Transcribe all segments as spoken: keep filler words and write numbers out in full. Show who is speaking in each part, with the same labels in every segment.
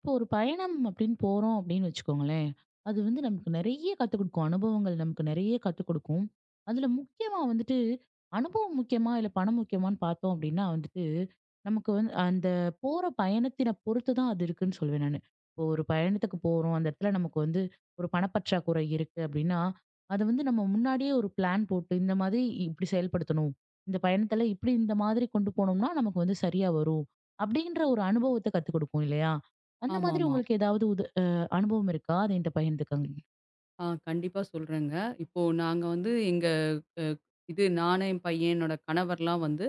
Speaker 1: இப்போ ஒரு பயணம் அப்படின்னு போறோம் அப்படின்னு வச்சுக்கோங்களேன். அது வந்து நமக்கு நெறைய கத்துக் குடுக்கும். அனுபவங்கள் நமக்கு நெறைய கத்துக் குடுக்கும். அதுல முக்கியமா வந்துட்டு, அனுபவம் முக்கியமா? இல்ல பணம் முக்கியமான்னு பார்த்தோம் அப்படின்னா வந்துட்டு, நமக்கு வந்து அந்த போற பயணத்தின பொறுத்து தான் அது இருக்குன்னு சொல்லுவேன் நானு. இப்போ ஒரு பயணத்துக்கு போறோம். அந்த இடத்துல நமக்கு வந்து ஒரு பணப்பற்றாக்குறை இருக்கு அப்படின்னா, அத வந்து நம்ம முன்னாடியே ஒரு பிளான் போட்டு, இந்த மாதிரி இப்படி செயல்படுத்தணும். இந்த பயணத்துல இப்படி இந்த மாதிரி கொண்டு போனோம்னா, நமக்கு வந்து சரியா வரும். அப்படின்ற ஒரு அனுபவத்த கத்துக் குடுக்கும் இல்லையா? அந்த மாதிரி
Speaker 2: ஆமாமா.
Speaker 1: உங்களுக்கு ஏதாவது உத அ அனுபவம் இருக்கா? அத என்ட்ட பகிர்ந்துக்கங்க.
Speaker 2: ஆ கண்டிப்பா சொல்றேங்க. இப்போ நாங்க வந்து எங்க அ இது நானு, என் பையன், என்னோட கணவர்லாம் வந்து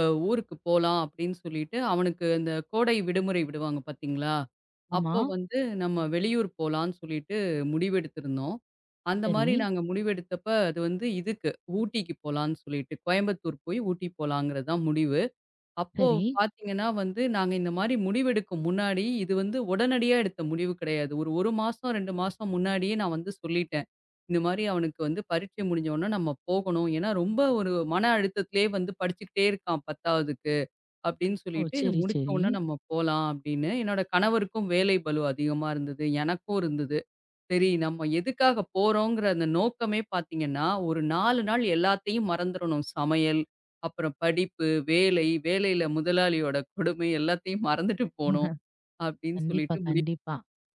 Speaker 2: அ ஊருக்கு போலாம் அப்படின்னு சொல்லிட்டு, அவனுக்கு இந்த கோடை விடுமுறை விடுவாங்க பார்த்தீங்களா?
Speaker 1: ஆமா.
Speaker 2: அப்போ வந்து நம்ம வெளியூர் போலான்னு சொல்லிட்டு முடிவெடுத்திருந்தோம். அந்த
Speaker 1: சரி,
Speaker 2: மாரி நாங்க முடிவெடுத்தப்ப அது வந்து இதுக்கு ஊட்டிக்கு போலான்னு சொல்லிட்டு, கோயம்புத்தூர் போய் ஊட்டி போலாங்கிறது தான் முடிவு. அப்போ
Speaker 1: சரி.
Speaker 2: பார்த்தீங்கன்னா வந்து, நாங்க இந்த மாரி முடிவெடுக்கும் முன்னாடி, இது வந்து உடனடியா எடுத்த முடிவு கிடையாது. ஒரு 1 மாசம், ரெண்டு மாசம் முன்னாடியே நான் வந்து சொல்லிட்டேன். இந்த மாரி அவனுக்கு வந்து பரீட்சை முடிஞ்ச உடனே நம்ம போகணும். ஏன்னா ரொம்ப ஒரு மன அழுத்தத்திலேயே வந்து படிச்சுக்கிட்டே இருக்கான் 10வதுக்கு அப்படின்னு
Speaker 1: ஓ!
Speaker 2: சொல்லிட்டு, இது
Speaker 1: சரி,
Speaker 2: முடிச்ச
Speaker 1: சரி.
Speaker 2: உடனே நம்ம போலாம் அப்படின்னு. என்னோட கணவருக்கும் வேலை பளு அதிகமா இருந்தது. எனக்கும் இருந்தது. சரி, நம்ம எதுக்காக போறோங்கிற அந்த நோக்கமே பார்த்தீங்கன்னா, ஒரு நாலு நாள் எல்லாத்தையும் மறந்துறணும். சமையல், அப்புறம் படிப்பு, வேலை, வேலையில முதலாளியோட கொடுமை எல்லாத்தையும் மறந்துட்டு போணும் அப்டின்னு
Speaker 1: கண்டிப்பா,
Speaker 2: சொல்லிட்டு முடிவு
Speaker 1: கண்டிப்பா.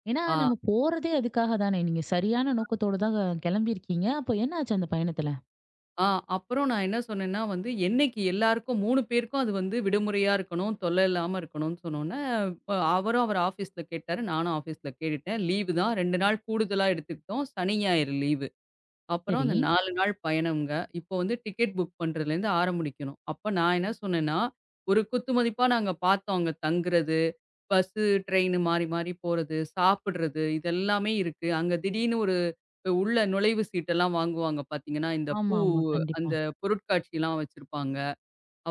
Speaker 1: ஏன்னா
Speaker 2: ஆ,
Speaker 1: நம்ம போறதே அதுக்காக தானே. நீங்க சரியான நோக்கத்தோட தான் கெளம்பியிருக்கீங்க. அப்போ என்னாச்சு அந்த பயணத்துல?
Speaker 2: ஆ அப்புறம் நான் என்ன சொன்னேன்னா வந்து, என்னைக்கு எல்லாருக்கும் மூணு பேருக்கும் அது வந்து விடுமுறையா இருக்கணும், தொல்ல இல்லாம இருக்கணும்னு சொன்னோனே, அ அவரும் அவர் ஆஃபீஸ்ல கேட்டாரு. நானும் ஆஃபீஸ்ல கேட்டுட்டேன். லீவு தான் ரெண்டு நாள் கூடுதலா எடுத்துக்கிட்டோம். சனி, ஞாயிறு லீவு. அப்புறம்
Speaker 1: சரி.
Speaker 2: அந்த நாலு நாள் பயணம்ங்க. இப்போ வந்து டிக்கெட் புக் பண்றதுலேருந்து ஆரம்பிக்கணும். அப்ப நான் என்ன சொன்னேன்னா, ஒரு குத்துமதிப்பா நாங்க பார்த்தோம் அங்க தங்குறது, பஸ்ஸு, ட்ரெயின்னு மாறி மாறி போறது, சாப்பிடுறது இதெல்லாமே இருக்கு. அங்க திடீர்னு ஒரு உள்ள நுழைவு சீட்டெல்லாம் வாங்குவாங்க பார்த்தீங்கன்னா, இந்த பூ
Speaker 1: ஆமா, ஆமா. கண்டிப்பா.
Speaker 2: அந்த பொருட்காட்சிலாம் வச்சிருப்பாங்க.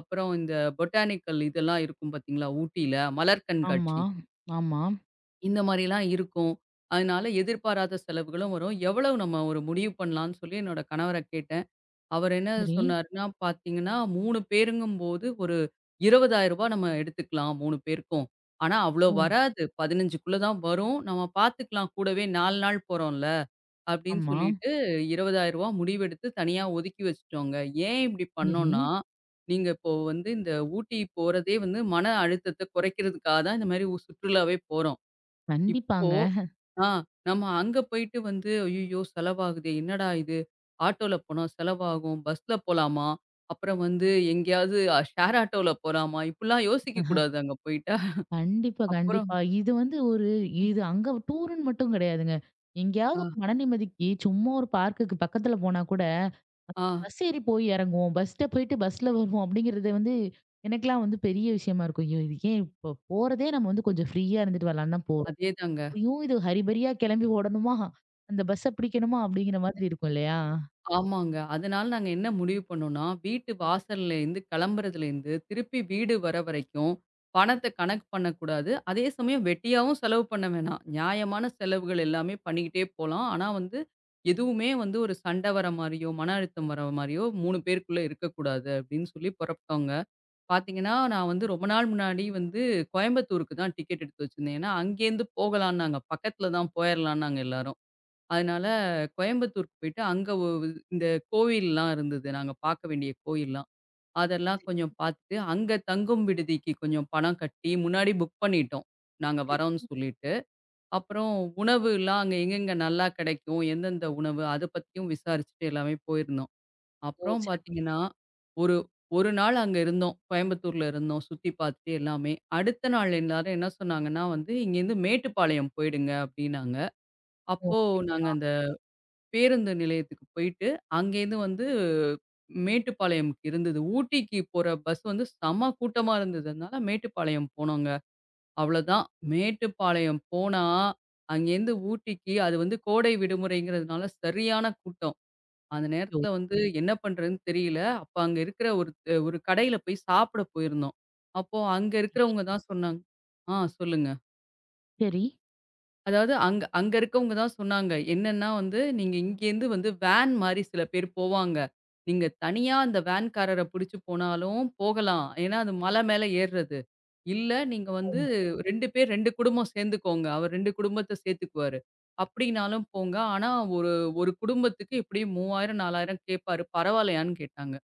Speaker 2: அப்புறம் இந்த பொட்டானிக்கல் இதெல்லாம் இருக்கும் பார்த்தீங்களா, ஊட்டியில மலர்
Speaker 1: ஆமா,
Speaker 2: கண்காட்சி.
Speaker 1: ஆமா.
Speaker 2: இந்த மாரிலாம் இருக்கும். அதனால எதிர்பாராத செலவுகளும் வரும். எவ்வளவு நம்ம ஒரு முடிவு பண்ணலான்னு சொல்லி என்னோட கணவர கேட்டேன். அவர் என்ன
Speaker 1: சரி.
Speaker 2: சொன்னாருன்னா, பார்த்தீங்கன்னா மூணு பேருங்கும்போது ஒரு ரூ. இருபதாயிரம் நம்ம எடுத்துக்கலாம் மூணு பேருக்கும். ஆனா அவ்ளோ
Speaker 1: ஓ!
Speaker 2: வராது. 15க்குள்ள தான் வரும். நம்ம பார்த்துக்கலாம் கூடவே நாலு நாள் போறோம்ல. அப்படின்னு
Speaker 1: ஆமா.
Speaker 2: சொல்லிட்டு ரூ. இருபதாயிரம் முடிவெடுத்து தனியா ஒதுக்கி வச்சுட்டோங்க. ஏன் இப்படி
Speaker 1: சரி.
Speaker 2: பண்ணோம்னா, நீங்க இப்போ வந்து இந்த ஊட்டி போறதே வந்து மன அழுத்தத்த குறைக்கிறதுக்காக தான் இந்த மாரி சுற்றுலாவே போறோம். இப்போ
Speaker 1: கண்டிப்பாங்க.
Speaker 2: ஆ நம்ம அங்க போயிட்டு வந்து, ஐயய்யோ! செலவாகுதே! என்னடா இது? ஆட்டோல போனா செலவாகும். பஸ்ல போலாமா? அப்புறம் வந்து எங்கேயாவது அ ஷேர் ஆட்டோல போலாமா? இப்படிலாம் யோசிக்க கூடாது அங்க போயிட்டா.
Speaker 1: கண்டிப்பா,
Speaker 2: அப்புறம்
Speaker 1: கண்டிப்பா. இது வந்து ஒரு இது அங்க டூருன்னு மட்டும் கெடையாதுங்க. எங்கேயாவது
Speaker 2: ஆ,
Speaker 1: ஒரு மன நிம்மதிக்கு சும்மா ஒரு பார்க்குக்கு பக்கத்துல போனா கூட
Speaker 2: ஆ
Speaker 1: பஸ் ஏறி போய் இறங்குவோம். பஸ்ல போயிட்டு பஸ்ல வருவோம் அப்படிங்கிறது வந்து எனக்கெல்லாம் வந்து பெரிய விஷயமா இருக்கும். ஐயோ! இது ஏன் இப்போ போறதே நம்ம வந்து கொஞ்சம் ஃப்ரீயா இருந்துட்டு வரலான்னு தான் போறோம்.
Speaker 2: அதேதாங்க.
Speaker 1: அப்பயும் இது ஹரிபரியா கிளம்பி ஓடணுமா? அந்த பஸ்ஸ பிடிக்கணுமா? அப்படிங்கிற மாதிரி இருக்கும் இல்லையா?
Speaker 2: ஆமாங்க. அதனால நாங்க என்ன முடிவு பண்ணோம்னா, வீட்டு வாசல்லேருந்து கிளம்புறதுலேருந்து, திருப்பி வீடு வர வரைக்கும் பணத்த கணக்கு பண்ணக்கூடாது. அதே சமயம் வெட்டியாவும் செலவு பண்ண வேணாம். நியாயமான செலவுகள் எல்லாமே பண்ணிக்கிட்டே போலாம். ஆனா வந்து, எதுவுமே வந்து ஒரு சண்டை வர மாரியோ, மன அழுத்தம் வர மாரியோ மூணு பேருக்குள்ள இருக்கக்கூடாது அப்படின்னு சொல்லி புறப்பட்டோங்க. பார்த்தீங்கன்னா, நான் வந்து ரொம்ப நாள் முன்னாடி வந்து கோயம்புத்தூருக்கு தான் டிக்கெட் எடுத்து வச்சிருந்தேன். ஏன்னா, அங்கேருந்து போகலான்னாங்க. பக்கத்துல தான் போயிரலான்னாங்க எல்லாரும். அதனால கோயம்புத்தூருக்கு போயிட்டு அங்க ஒ இந்த கோவில்லாம் இருந்தது. நாங்க பார்க்க வேண்டிய கோயில்லாம். அதெல்லாம் கொஞ்சம் பார்த்துட்டு, அங்க தங்கும் விடுதிக்கு கொஞ்சம் பணம் கட்டி முன்னாடி புக் பண்ணிட்டோம். நாங்க வரோம்ன்னு சொல்லிட்டு. அப்புறம் உணவுலாம் அங்க எங்கெங்க நல்லா கிடைக்கும், எந்தெந்த உணவு அத பத்தியும் விசாரிச்சுட்டு எல்லாமே போயிருந்தோம்.
Speaker 1: ஓ!
Speaker 2: அப்புறம்
Speaker 1: சிறப்பு.
Speaker 2: பார்த்தீங்கன்னா, ஒரு 1 நாள் அங்க இருந்தோம். கோயம்புத்தூர்ல இருந்தோம். சுத்தி பார்த்துட்டு எல்லாமே. அடுத்த நாள் எல்லாரும் என்ன சொன்னாங்கன்னா வந்து, "இங்கேருந்து மேட்டுப்பாளையம் போயிடுங்க" அப்படின்னாங்க. அப்போ
Speaker 1: ஓகே,
Speaker 2: நாங்க அந்த பேருந்து நிலையத்துக்கு போயிட்டு, அங்கேருந்து வந்து மேட்டுப்பாளையம்க்கு இருந்தது. ஊட்டிக்கு போற பஸ் வந்து செம கூட்டமா இருந்ததுனால, மேட்டுப்பாளையம் போனோங்க. அவ்வளோதான். மேட்டுப்பாளையம் போனா, அங்கேருந்து ஊட்டிக்கு அது வந்து கோடை விடுமுறைங்கிறதுனால சரியான கூட்டம். அந்த
Speaker 1: ஓகே.
Speaker 2: நேரத்தில வந்து என்ன பண்றதுன்னு தெரியல. அப்ப அங்க இருக்கிற ஒரு ஒரு கடையில போய் சாப்பிட போயிருந்தோம். அப்போ அங்க
Speaker 1: சரி.
Speaker 2: இருக்கிறவங்க தான் சொன்னாங்க ஆ சொல்லுங்க.
Speaker 1: சரி.
Speaker 2: அதாவது அங்க அங்க இருக்கவங்க தான் சொன்னாங்க. என்னன்னா வந்து, "நீங்க இங்கேருந்து வந்து வேன் மாரி சில பேர் போவாங்க. நீங்க தனியா அந்த வேன்காரர புடிச்சு போனாலும் போகலாம். ஏன்னா, அது மலை மேல ஏறுறது. இல்ல நீங்க வந்து
Speaker 1: ஓ!
Speaker 2: ரெண்டு பேர் ரெண்டு குடும்பம் சேர்ந்துக்கோங்க. அவர் ரெண்டு குடும்பத்த சேர்த்துக்குவாரு. அப்படின்னாலும் போங்க. ஆனா ஒரு ஒரு குடும்பத்துக்கு எப்படியும் மூவாயிரம், நாலாயிரம் கேட்பாரு. பரவாயில்லையான்னு?" கேட்டாங்க.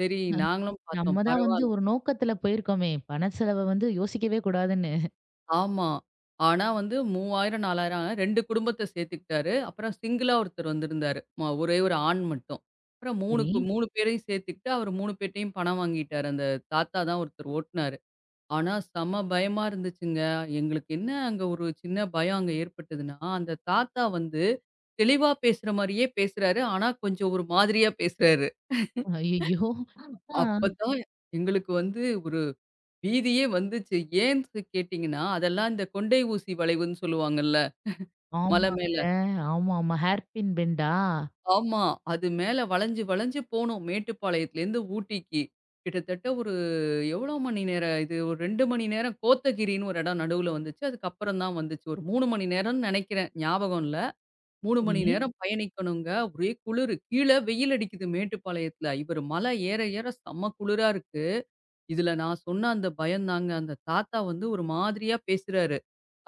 Speaker 2: சரி
Speaker 1: அ
Speaker 2: நாங்களும் பார்த்தோம்.
Speaker 1: நம்ம தான் வந்து
Speaker 2: பரவால்ல.
Speaker 1: ஒரு நோக்கத்துல போயிருக்கோமே! பண செலவ வந்து யோசிக்கவே கூடாதுன்னு.
Speaker 2: ஆமா. ஆனா வந்து மூவாயிரம், நாலாயிரம் ரெண்டு குடும்பத்த சேர்த்துக்கிட்டாரு. அப்புறம் சிங்கிளா ஒருத்தர் வந்திருந்தாரு. ம ஒரே ஒரு ஆண் மட்டும். அப்புறம் 3
Speaker 1: சரி.
Speaker 2: கு மூணு பேரையும் சேர்த்துக்கிட்டு, அவரு மூணு பேர்ட்டயும் பணம் வாங்கிட்டாரு. அந்த தாத்தா தான் ஒருத்தர் ஓட்டுனாரு. ஆனா செம பயமா இருந்துச்சுங்க. எங்களுக்கு என்ன அங்க ஒரு சின்ன பயம் அங்க ஏற்பட்டதுன்னா, அந்த தாத்தா வந்து தெளிவா பேசுற மாரியே பேசுறாரு. ஆனா கொஞ்சம் ஒரு மாதிரியா பேசுறாரு.
Speaker 1: ஐய்யய்யோ! ஆ.
Speaker 2: அப்பதான் எங்களுக்கு வந்து ஒரு பீதியே வந்துச்சு. ஏன்னு கேட்டீங்கன்னா, அதெல்லாம் இந்த கொண்டை ஊசி வளைவுன்னு சொல்லுவாங்கல்ல. மலை
Speaker 1: ஆமாங்க.
Speaker 2: மேல.
Speaker 1: ஆமா, ஆமா. ஹேர் பின் பெண்டா?
Speaker 2: ஆமா. அது மேல வளைஞ்சு வளைஞ்சு போனோம். மேட்டுப்பாளையத்துலேருந்து ஊட்டிக்கு. கிட்டத்தட்ட ஒரு எவ்வளோ மணி நேரம் இது? ஒரு ரெண்டு மணி நேரம் கோத்தகிரின்னு ஒரு இடம் நடுவுல வந்துச்சு. அதுக்கப்புறம் தான் வந்துச்சு. ஒரு மூணு மணி நேரம்னு நெனைக்கிறேன். ஞாபகம் இல்ல. மூணு மணி
Speaker 1: சரி.
Speaker 2: நேரம் பயணிக்கணுங்க. ஒரே குளிரு. கீழ வெயில் அடிக்குது மேட்டுப்பாளையத்துல. இவரு மலை ஏற ஏற செம்ம குளிரா இருக்கு. இதுல நான் சொன்ன அந்த பயந்தாங்க. அந்த தாத்தா வந்து ஒரு மாதிரியா பேசுறாரு.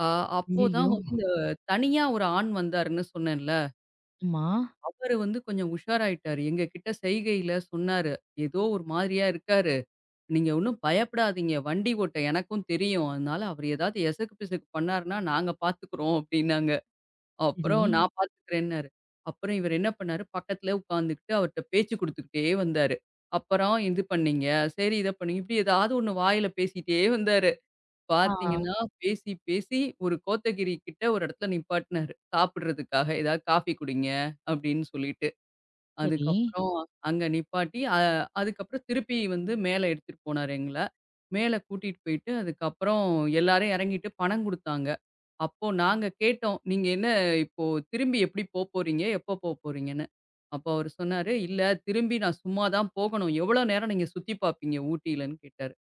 Speaker 2: அ அப்போ
Speaker 1: ஐய்யய்யோ!
Speaker 2: தான் வந்து இந்த தனியா ஒரு ஆண் வந்தாருன்னு சொன்னேன்ல.
Speaker 1: ஆமா.
Speaker 2: அவரு வந்து கொஞ்சம் உஷாராயிட்டாரு. எங்க கிட்ட செய்கையில சொன்னாரு. ஏதோ ஒரு மாதிரியா இருக்காரு. நீங்க ஒண்ணும் பயப்படாதீங்க. வண்டி ஓட்ட எனக்கும் தெரியும். அதனால அவரு ஏதாவது எசக்கு பிசக்கு பண்ணாருன்னா நாங்க பாத்துக்குறோம் அப்டின்னாங்க.
Speaker 1: சரி.
Speaker 2: அப்புறம் நான் பாத்துக்கிறேன்னாரு. அப்புறம் இவரு என்ன பண்ணாரு, பக்கத்திலே உட்காந்துக்கிட்டு அவர்ட்ட பேச்சு குடுத்துக்கிட்டே வந்தாரு. அப்புறம் இது பண்ணீங்க. சரி இத பண்ணீங்க. இப்படி ஏதாவது ஒண்ணு வாயில பேசிட்டே வந்தாரு.
Speaker 1: ஆ.
Speaker 2: பாத்தீங்கன்னா, பேசி பேசி ஒரு கோத்தகிரி கிட்ட ஒரு இடத்துல நிப்பாட்டினாரு. சாப்பிடுறதுக்காக ஏதாவது காஃபி குடிங்க அப்டின்னு சொல்லிட்டு.
Speaker 1: சரி.
Speaker 2: அதுக்கப்புறம் அங்க நிப்பாட்டி, அ அதுக்கப்புறம் திருப்பி வந்து மேல எடுத்துட்டு போனாரு எங்கள. மேல கூட்டிட்டு போயிட்டு, அதுக்கப்புறம் எல்லாரும் இறங்கிட்டு பணம் குடுத்தாங்க. அப்போ நாங்க கேட்டோம். "நீங்க என்ன இப்போ திரும்பி எப்படி போப்போறீங்க? எப்போ போப்போறீங்கன்னு?" அப்போ அவரு சொன்னாரு, "இல்ல திரும்பி நான் சும்மா தான் போகணும். எவ்வளோ நேரம் நீங்க சுத்தி பார்ப்பீங்க ஊட்டிலன்னு?" கேட்டாரு.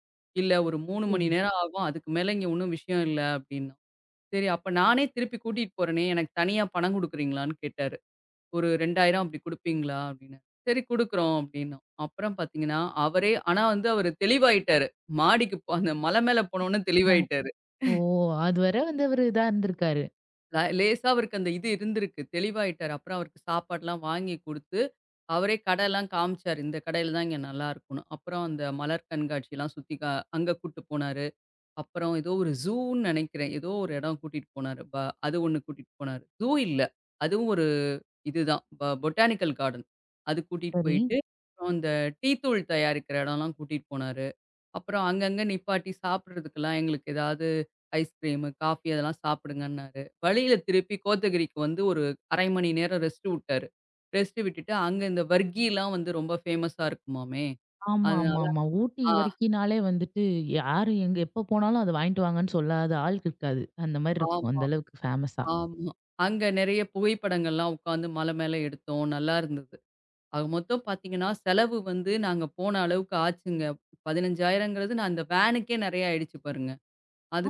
Speaker 2: "இல்ல ஒரு மூணு மணி
Speaker 1: சரி.
Speaker 2: நேரம் ஆகும். அதுக்கு மேல இங்க ஒண்ணும் விஷயம் இல்ல" அப்படின்னோம். சரி அப்ப நானே திருப்பி கூட்டிட்டு போறேனே, எனக்கு தனியா பணம் குடுக்குறீங்களான்னு கேட்டாரு. ஒரு இரண்டாயிரம் அப்படி குடுப்பீங்களா? அப்படின்னு. சரி குடுக்குறோம் அப்படின்னோம். அப்புறம் பார்த்தீங்கன்னா, அவரே ஆனா வந்து அவரு தெளிவாயிட்டாரு. மாடிக்கு போ அந்த மலை மேல போனோனே
Speaker 1: அஹ்,
Speaker 2: தெளிவாயிட்டாரு.
Speaker 1: ஓ! அதுவரை வந்து அவரு இதா இருந்திருக்காரு.
Speaker 2: ல லேசா அவருக்கு அந்த இது இருந்திருக்கு. தெளிவாயிட்டாரு. அப்புறம் அவருக்கு சாப்பாடுலாம் வாங்கி குடுத்து, அவரே கடைலாம் காமிச்சாரு. இந்த கடையில தான் இங்க நல்லாருக்கும்னு. அப்புறம் அந்த மலர் கண்காட்சிலாம் சுத்தி கா அங்க கூட்டு போனாரு. அப்புறம் ஏதோ ஒரு ஜூன்னு நெனைக்கிறேன். ஏதோ ஒரு இடம் கூட்டிட்டு போனாரு. ப அது ஒண்ணு கூட்டிட்டு போனாரு. ஜூ இல்ல. அதுவும் ஒரு இதுதான் ப பொட்டானிக்கல் கார்டன். அது கூட்டிட்டு
Speaker 1: சரி.
Speaker 2: போயிட்டு, அப்புறம் இந்த டீ தூள் தயாரிக்கிற இடம்லாம் கூட்டிட்டு போனாரு. அப்புறம் அங்கங்க நிப்பாட்டி சாப்பிடுறதுக்கெல்லாம் எங்களுக்கு ஏதாவது ஐஸ்கிரீமு, காஃபி அதெல்லாம் சாப்பிடுங்கன்னாரு. வழியில திருப்பி கோத்தகிரிக்கு வந்து ஒரு அரை மணி நேரம் ரெஸ்ட் விட்டாரு. ரெஸ்ட் விட்டுட்டு அங்க இந்த வர்கிலாம் வந்து ரொம்ப ஃபேமஸா இருக்குமாமே.
Speaker 1: ஆமா, ஆமா,
Speaker 2: அதனால
Speaker 1: ஆமா. ஊட்டி
Speaker 2: ஆ
Speaker 1: வரைக்கும்னாலே வந்துட்டு யாரு எங்க எப்ப போனாலும் அத வாங்கிட்டு வாங்கன்னு சொல்லாத ஆள் இருக்காது. அந்த மாரி இருக்கும்.
Speaker 2: ஆமா,
Speaker 1: அந்த அளவுக்கு ஃபேமஸா.
Speaker 2: ஆமா. அங்க நெறைய புகைப்படங்கள்லாம் உட்காந்து மலை மேல எடுத்தோம். நல்லா இருந்தது. ஆக மொத்தம் பார்த்தீங்கன்னா, செலவு வந்து நாங்க போன அளவுக்கு ஆச்சுங்க. 15,000ங்கிறது நான் அந்த வேனுக்கே நெறைய ஆயிடுச்சு பாருங்க.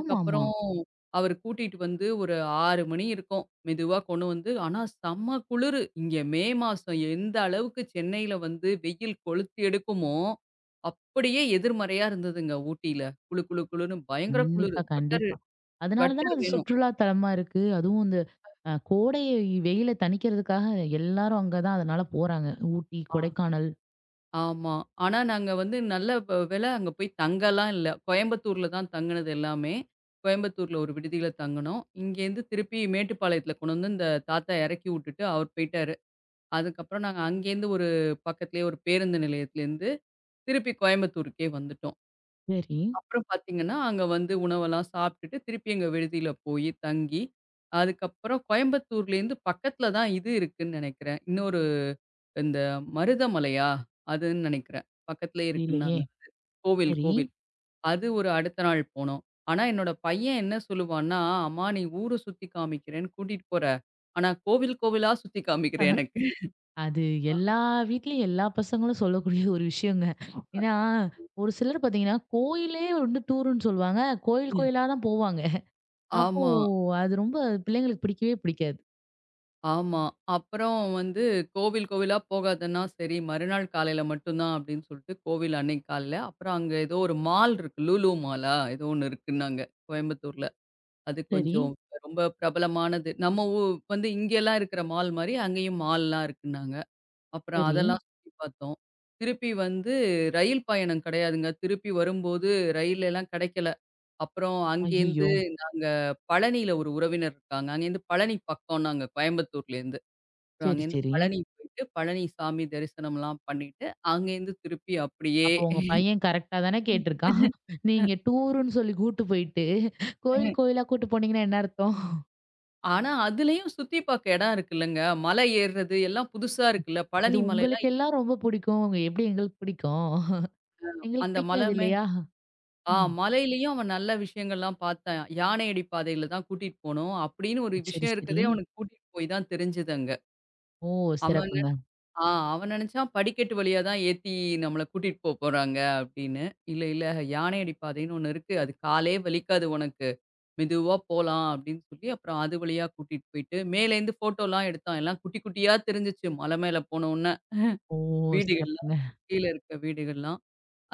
Speaker 1: ஆமாமா.
Speaker 2: அவரு கூட்டிட்டு வந்து ஒரு ஆறு மணி இருக்கும். மெதுவா கொண்டு வந்து ஆனா செம்ம குளிரு. இங்க மே மாசம் எந்த அளவுக்கு சென்னையில வந்து வெயில் கொளுத்தி எடுக்குமோ, அப்படியே எதிர்மறையா இருந்ததுங்க ஊட்டியில. குளு குளு குளுன்னு பயங்கர குளிரு.
Speaker 1: கண்டிப்பா,
Speaker 2: ஸ்வெட்டரு
Speaker 1: கண்டிப்பா. அதனால தானே
Speaker 2: ஸ்வெட்டர்
Speaker 1: அது
Speaker 2: வேணும்.
Speaker 1: சுற்றுலா தலமா இருக்கு. அதுவும் இந்த அ கோடை வெயில தணிக்கிறதுக்காக எல்லாரும் அங்க தான் அதனால போறாங்க. ஊட்டி,
Speaker 2: ஆ.
Speaker 1: கொடைக்கானல்.
Speaker 2: ஆமா. ஆனா நாங்க வந்து நல்ல வ வேள அங்க போய் தங்கலாம் இல்ல. கோயம்புத்தூர்ல தான் தங்குனது எல்லாமே. கோயம்புத்தூர்ல ஒரு விடுதியில தங்குனோம். இங்கேருந்து திருப்பி மேட்டுப்பாளையத்துல கொண்டு வந்து இந்த தாத்தா எறக்கி விட்டுட்டு அவர் போயிட்டாரு. அதுக்கப்புறம் நாங்க அங்கேருந்து ஒரு பக்கத்துலயே ஒரு பேருந்து நிலையத்துலேருந்து திருப்பி கோயம்புத்தூருக்கே வந்துட்டோம்.
Speaker 1: சரி.
Speaker 2: அப்புறம் பார்த்தீங்கன்னா, அங்க வந்து உணவெல்லாம் சாப்பிட்டுட்டு திருப்பி எங்க விடுதியில போய் தங்கி, அதுக்கப்புறம் கோயம்புத்தூர்லேருந்து பக்கத்துல தான் இது இருக்குன்னு நெனைக்கிறேன். இன்னொரு இந்த மருதமலையா? அதுன்னு நெனைக்கிறேன். பக்கத்துலயே
Speaker 1: தெரியலையே!
Speaker 2: இருக்குன்னாங்க. கோவில்,
Speaker 1: சரி.
Speaker 2: கோவில். அது ஒரு அடுத்த நாள் போனோம். ஆனா, என்னோட பையன் என்ன சொல்லுவான்னா, "அம்மா நீ ஊரு சுத்தி காமிக்கிறேன்னு கூட்டிட்டு போற. ஆனா, கோவில், கோவிலா சுத்தி காமிக்கிற எனக்கு."
Speaker 1: அது எல்லா வீட்லயும் எல்லா பசங்களும் சொல்லக்கூடிய ஒரு விஷயங்க. ஏன்னா, ஒரு சிலர் பார்த்தீங்கன்னா, கோயிலே வந்து டூருன்னு சொல்லுவாங்க. கோயில் கோயிலா தான் போவாங்க. அப்போ
Speaker 2: ஆமா,
Speaker 1: அது ரொம்ப பிள்ளைங்களுக்கு பிடிக்கவே பிடிக்காது.
Speaker 2: ஆமா. அப்புறம் வந்து கோவில், கோவிலா போகாதன்னா, சரி மறுநாள் காலையில மட்டும் தான் அப்படின்னு சொல்லிட்டு கோவில் அன்னைக்கு காலையில, அப்புறம் அங்க ஏதோ ஒரு மால் இருக்கு. லூலூ மாலா? ஏதோ ஒண்ணு இருக்குன்னாங்க கோயம்புத்தூர்ல. அது
Speaker 1: சரி,
Speaker 2: கொஞ்சம் ரொம்ப பிரபலமானது. நம்ம ஊ வந்து இங்கலாம் இருக்கிற மால் மாரி, அங்கேயும் மால்லாம் இருக்குன்னாங்க. அப்புறம்
Speaker 1: சரி.
Speaker 2: அதெல்லாம் சுத்தி பார்த்தோம். திருப்பி வந்து ரயில் பயணம் கிடையாதுங்க. திருப்பி வரும்போது ரயில் எல்லாம் கிடைக்கல. அப்புறம் அங்கேருந்து
Speaker 1: ஐய்யய்யோ!
Speaker 2: நாங்க பழனியில ஒரு உறவினர் இருக்காங்க. அங்கேருந்து பழனி பக்கம் நாங்க கோயம்புத்தூர்லேருந்து. அப்புறம்
Speaker 1: சரி,
Speaker 2: அங்கேருந்து
Speaker 1: சரி.
Speaker 2: பழனி போயிட்டு, பழனி சாமி தரிசனம்லாம் பண்ணிட்டு, அங்கேருந்து திருப்பி அப்படியே
Speaker 1: அப்போ உங்க பையன் கரெக்ட்டா தானே கேட்டுருக்கான். நீங்க டூருன்னு சொல்லி கூட்டு போயிட்டு, கோயில் கோயிலா கூட்டு போனீங்கன்னா என்ன அர்த்தம்?
Speaker 2: ஆனா அதுலயும் சுத்தி பார்க்க இடம் இருக்குல்லங்க. மலை ஏறுறது எல்லாம் புதுசா இருக்குல்ல.
Speaker 1: அது
Speaker 2: பழனி மலைலாம்
Speaker 1: உங்களுக்கெல்லாம் ரொம்ப பிடிக்கும். உங்க எப்படி எங்களுக்கு பிடிக்கும்? எங்களுக்கு
Speaker 2: அந்த மலை
Speaker 1: பிடிக்காது இல்லையா?
Speaker 2: ஆ
Speaker 1: ம்.
Speaker 2: மலையிலயும் அவன் நல்ல விஷயங்கள்லாம் பார்த்தான். யானையடி பாதையில தான் கூட்டிட்டு போனோம். அப்படின்னு ஒரு
Speaker 1: சரி,
Speaker 2: விஷயம்
Speaker 1: சரி.
Speaker 2: இருக்கதே அவனுக்கு கூட்டிட்டு போய் தான் தெரிஞ்சது அங்க.
Speaker 1: ஓ!
Speaker 2: அவன் நெ-
Speaker 1: சிறப்புங்க.
Speaker 2: ஆ அவன் நினைச்சான் படிக்கட்டு வழியா தான் ஏத்தி நம்மள கூட்டிட்டு போ போறாங்க அப்படின்னு. இல்ல இல்ல யானையடி பாதைன்னு ஒண்ணு இருக்கு. அது காலே வலிக்காது உனக்கு. மெதுவா போலாம் அப்படின்னு சொல்லி அப்புறம் அது வழியா கூட்டிட்டு போயிட்டு மேலேருந்து ஃபோட்டோலாம் எடுத்தான். எல்லாம் குட்டி குட்டியா தெரிஞ்சுச்சு மலை மேல போன உடனே.
Speaker 1: ஓ!
Speaker 2: வீடுகள்லாம்
Speaker 1: சிறப்புங்க.
Speaker 2: கீழ இருக்க வீடுகள்லாம்.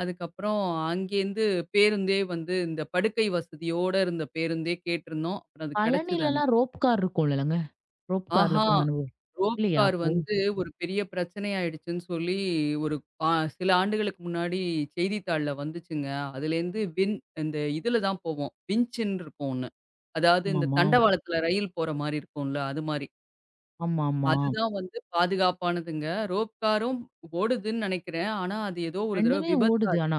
Speaker 2: அதுக்கப்புறம் அங்கேருந்து பேருந்தே வந்து இந்த படுக்கை வசதியோட இருந்த பேருந்தே கேட்டிருந்தோம். அப்புறம் அது கிடைச்சது அங்க.
Speaker 1: பழனிலலாம் ரோப் கார் இருக்கும் இல்லலங்க. ரோப் கார்ல
Speaker 2: ஆஹா!
Speaker 1: போன அனுபவம்.
Speaker 2: ரோப்
Speaker 1: இல்லையா
Speaker 2: கார்
Speaker 1: அப்போ?
Speaker 2: வந்து ஒரு பெரிய பிரச்சனை ஆயிடுச்சுன்னு சொல்லி ஒரு ஆ சில ஆண்டுகளுக்கு முன்னாடி செய்தித்தாள்ல வந்துச்சுங்க. அதுலேருந்து வின் இந்த இதுல தான் போவோம். விஞ்சுன்னு இருக்கும் ஒண்ணு. அதாவது இந்த
Speaker 1: ஆமாமா.
Speaker 2: தண்டவாளத்துல ரயில் போற மாரி இருக்கும்ல, அது மாரி.
Speaker 1: ஆமாமா.
Speaker 2: அதுதான் வந்து பாதுகாப்பானதுங்க. ரோப் காரும் ஓடுதுன்னு நினைக்கிறேன். ஆனா, அது ஏதோ ஒரு தடவ
Speaker 1: ரெண்டுமே ஓடுது
Speaker 2: விபத்தாச்சு.
Speaker 1: ஆனா.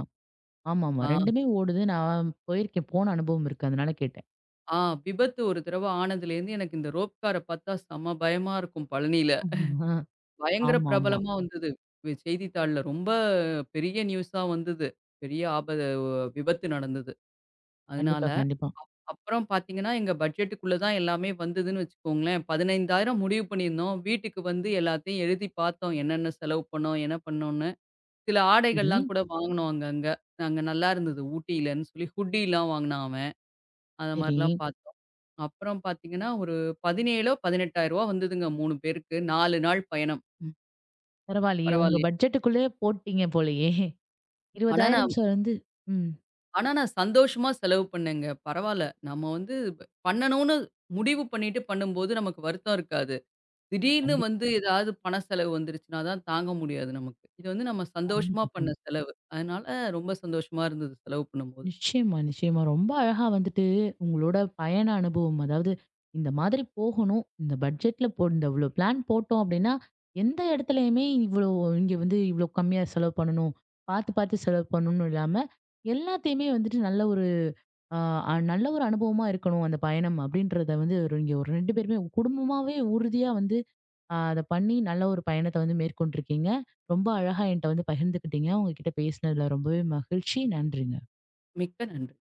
Speaker 1: ஆமாமா.
Speaker 2: ஆ.
Speaker 1: 2மே ஓடுது. நான் போயிருக்கேன். போன அனுபவம் இருக்கு. அதனால கேட்டேன்.
Speaker 2: ஆ விபத்து ஒரு தடவ ஆனதுலேருந்து எனக்கு இந்த ரோப் கார பார்த்தா செம பயமா இருக்கும் பழனியில.
Speaker 1: ஆமா.
Speaker 2: பயங்கர
Speaker 1: ஆமாமா.
Speaker 2: பிரபலமா வந்தது. வி செய்தித்தாள்ல ரொம்ப பெரிய நியூஸா வந்தது. பெரிய ஆப விபத்து நடந்தது. அதனால
Speaker 1: கண்டிப்பா, கண்டிப்பா.
Speaker 2: அப்புறம் பார்த்தீங்கன்னா, எங்க பட்ஜெட்டுக்குள்ள தான் எல்லாமே வந்ததுன்னு வச்சுக்கோங்களேன். பதினைந்தாயிரம் முடிவு பண்ணியிருந்தோம். வீட்டுக்கு வந்து எல்லாத்தையும் எழுதி பார்த்தோம். என்னென்ன செலவு பண்ணோம், என்ன பண்ணோம்ன்னு. சில
Speaker 1: சரி,
Speaker 2: ஆடைகள்லாம் கூட வாங்கினோம் அங்கங்க. அங்க நல்லா இருந்தது ஊட்டியிலன்னு சொல்லி ஹுட்டிலாம் வாங்கினான் அவன். அந்த
Speaker 1: சரி.
Speaker 2: மாரிலாம் பார்த்தோம். அப்புறம் பார்த்தீங்கன்னா, ஒரு 17ஓ, பதினெட்டாயிரம் வந்ததுங்க மூணு பேருக்கு. நாலு நாள் பயணம். ம்.
Speaker 1: பரவாயில்லையே! உங்க
Speaker 2: பரவாயில்லையே!
Speaker 1: பட்ஜெட்டுக்குள்ளயே போட்டீங்க போலயே!
Speaker 2: ஆனா நான்
Speaker 1: இருபதாயிரம் சேர்ந்து ம்.
Speaker 2: ஆனா நான் சந்தோஷமா செலவு பண்ணேங்க. பரவால்ல. நம்ம வந்து ப- பண்ணணும்னு முடிவு பண்ணிட்டு பண்ணும்போது நமக்கு வருத்தம் இருக்காது. திடீர்னு
Speaker 1: கண்டிப்பா,
Speaker 2: வந்து ஏதாவது பண செலவு வந்துருச்சுனா தான் தாங்க முடியாது நமக்கு. இது வந்து நம்ம சந்தோஷமா
Speaker 1: கண்டிப்பா,
Speaker 2: பண்ண
Speaker 1: கண்டிப்பா.
Speaker 2: செலவு. அதனால ரொம்ப சந்தோஷமா இருந்தது செலவு பண்ணும்போது.
Speaker 1: நிச்சயமா, நிச்சயமா. ரொம்ப அழகா வந்துட்டு உங்களோட பயண அனுபவம், அதாவது இந்த மாதிரி போகணும். இந்த பட்ஜெட்ல போ இந்த இவ்ளோ பிளான் போட்டோம் அப்டின்னா, எந்த இடத்துலயுமே இவ்ளோ இங்க வந்து இவ்ளோ கம்மியா செலவு பண்ணணும். பார்த்து, பார்த்து செலவு பண்ணணும்னு இல்லாம, எல்லாத்தையுமே வந்துட்டு நல்ல ஒரு அ அ நல்ல ஒரு அனுபவமா இருக்கணும் அந்த பயணம் அப்டின்றத வந்து ஒரு இங்க ஒரு ரெண்டு பேருமே குடும்பமாவே உறுதியா வந்து அ அத பண்ணி நல்ல ஒரு பயணத்த வந்து மேற்கொண்டிருக்கீங்க. ரொம்ப அழகா என்ட்ட வந்து பகிர்ந்துக்கிட்டீங்க. உங்க கிட்ட பேசினதுல ரொம்பவே மகிழ்ச்சி. நன்றிங்க.
Speaker 2: மிக்க நன்றி.